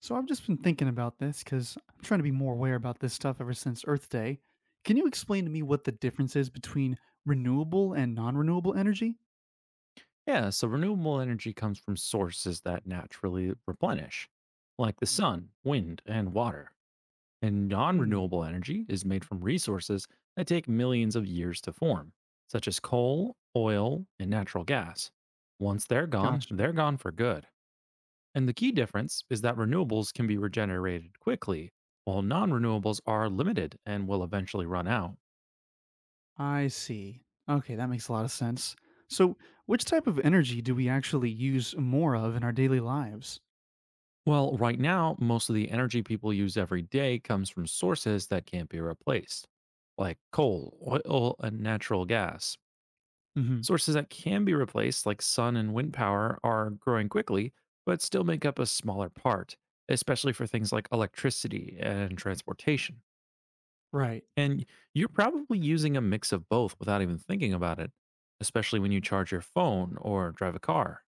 So I've just been thinking about this because I'm trying to be more aware about this stuff ever since Earth Day. Can you explain to me what the difference is between renewable and non renewable energy? Yeah, so renewable energy comes from sources that naturally replenish, like the sun, wind, and water. And non Hmm. renewable energy is made from resources that take millions of years to form, such as coal, oil, and natural gas. Once Gotcha. they're gone for good. And the key difference is that renewables can be regenerated quickly, while non renewables are limited and will eventually run out. I see. Okay, that makes a lot of sense. So, which type of energy do we actually use more of in our daily lives? Well, right now, most of the energy people use every day comes from sources that can't be replaced, like coal, oil, and natural gas. Hmm. Sources that can be replaced, like sun and wind power, are growing quickly, but still make up a smaller part, especially for things like electricity and transportation. Right. And you're probably using a mix of both without even thinking about it, especially when you charge your phone or drive a car.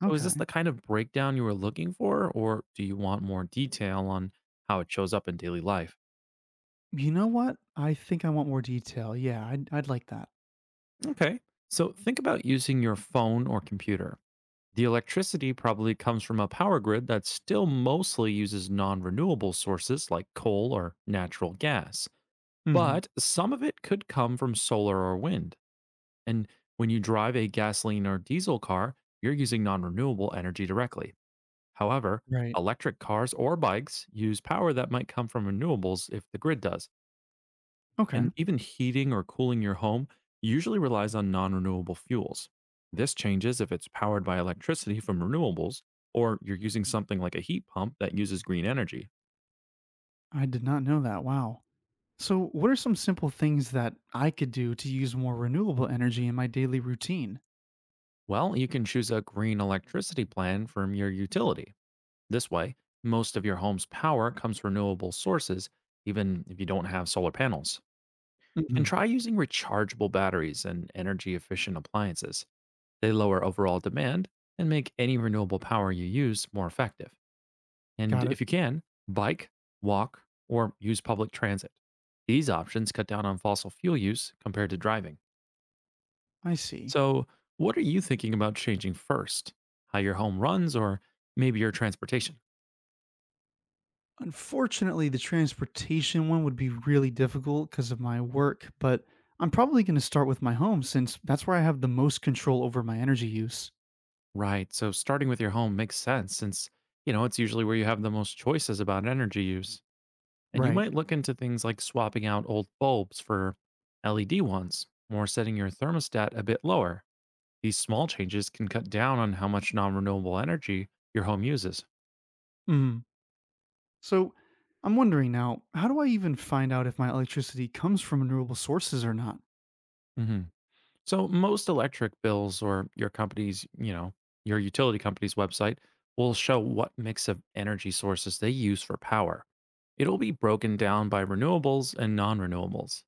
So is this Okay. the kind of breakdown you were looking for, or do you want more detail on how it shows up in daily life? You know what? I think I want more detail. Yeah, I'd like that. Okay, so think about using your phone or computer. The electricity probably comes from a power grid that still mostly uses non renewable sources like coal or natural gas, Hmm. but some of it could come from solar or wind. And when you drive a gasoline or diesel car, you're using non renewable energy directly. However, Right. electric cars or bikes use power that might come from renewables if the grid does. Okay. And even heating or cooling your home usually relies on non renewable fuels. This changes if it's powered by electricity from renewables or you're using something like a heat pump that uses green energy. I did not know that. Wow. So, what are some simple things that I could do to use more renewable energy in my daily routine? Well, you can choose a green electricity plan from your utility. This way, most of your home's power comes from renewable sources, even if you don't have solar panels. Hmm. And try using rechargeable batteries and energy efficient appliances. They lower overall demand and make any renewable power you use more effective. And Got it. if you can, bike, walk, or use public transit. These options cut down on fossil fuel use compared to driving. I see. So, what are you thinking about changing first? How your home runs or maybe your transportation? Unfortunately, the transportation one would be really difficult because of my work, but I'm probably going to start with my home since that's where I have the most control over my energy use. Right. So, starting with your home makes sense since, you know, it's usually where you have the most choices about energy use. And you Right. might look into things like swapping out old bulbs for LED ones or setting your thermostat a bit lower. These small changes can cut down on how much non renewable energy your home uses. Hmm. So, I'm wondering now, how do I even find out if my electricity comes from renewable sources or not? Mhm. So, most electric bills or your company's, you know, your utility company's website will show what mix of energy sources they use for power. It'll be broken down by renewables and non renewables.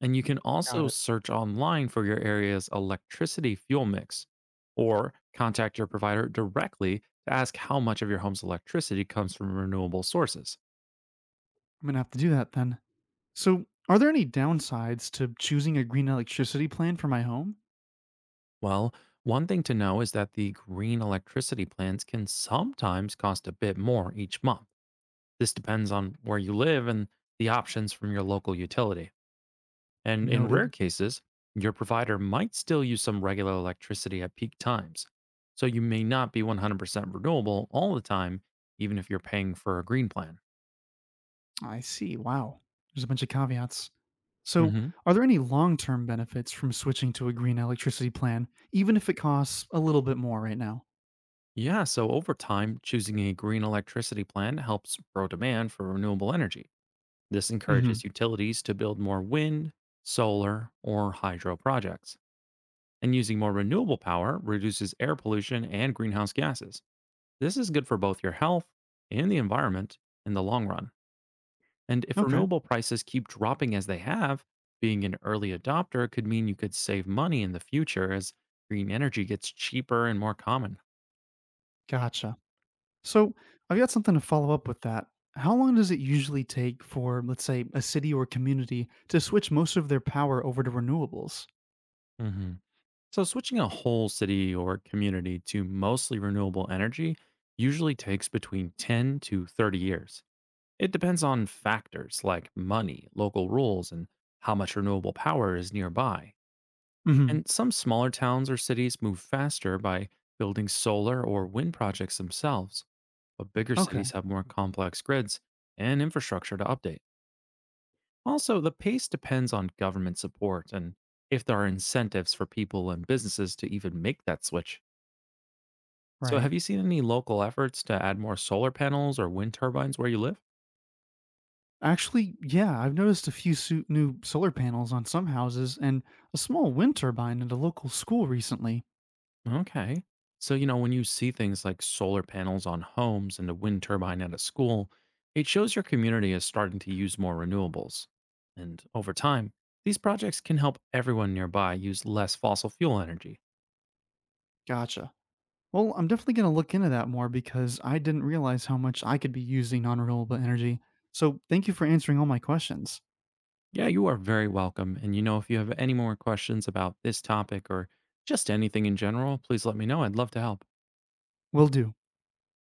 And you can Got also it. search online for your area's electricity fuel mix or contact your provider directly to ask how much of your home's electricity comes from renewable sources. I'm going to have to do that then. So, are there any downsides to choosing a green electricity plan for my home? Well, one thing to know is that the green electricity plans can sometimes cost a bit more each month. This depends on where you live and the options from your local utility. And in rare Noted. cases, your provider might still use some regular electricity at peak times. So you may not be 100% renewable all the time, even if you're paying for a green plan. I see. Wow. There's a bunch of caveats. So, hmm are there any long term benefits from switching to a green electricity plan, even if it costs a little bit more right now? Yeah, so over time, choosing a green electricity plan helps grow demand for renewable energy. This Hmm. encourages utilities to build more wind, solar, or hydro projects. And using more renewable power reduces air pollution and greenhouse gases. This is good for both your health and the environment in the long run. And if Okay. renewable prices keep dropping as they have, being an early adopter could mean you could save money in the future as green energy gets cheaper and more common. Gotcha. So, I've got something to follow up with that. How long does it usually take for, let's say, a city or community to switch most of their power over to renewables? Mhm. So, switching a whole city or community to mostly renewable energy usually takes between 10 to 30 years. It depends on factors like money, local rules, and how much renewable power is nearby. Hmm. And some smaller towns or cities move faster by building solar or wind projects themselves. But bigger Okay. cities have more complex grids and infrastructure to update. Also, the pace depends on government support and if there are incentives for people and businesses to even make that switch. So, Right. have you seen any local efforts to add more solar panels or wind turbines where you live? Actually, yeah, I've noticed new solar panels on some houses and a small wind turbine at a local school recently. Okay. So, you know, when you see things like solar panels on homes and a wind turbine at a school, it shows your community is starting to use more renewables. And over time, these projects can help everyone nearby use less fossil fuel energy. Gotcha. Well, I'm definitely going to look into that more because I didn't realize how much I could be using non renewable energy. So thank you for answering all my questions. Yeah, you are very welcome. And you know, if you have any more questions about this topic or just anything in general, please let me know. I'd love to help. Will do.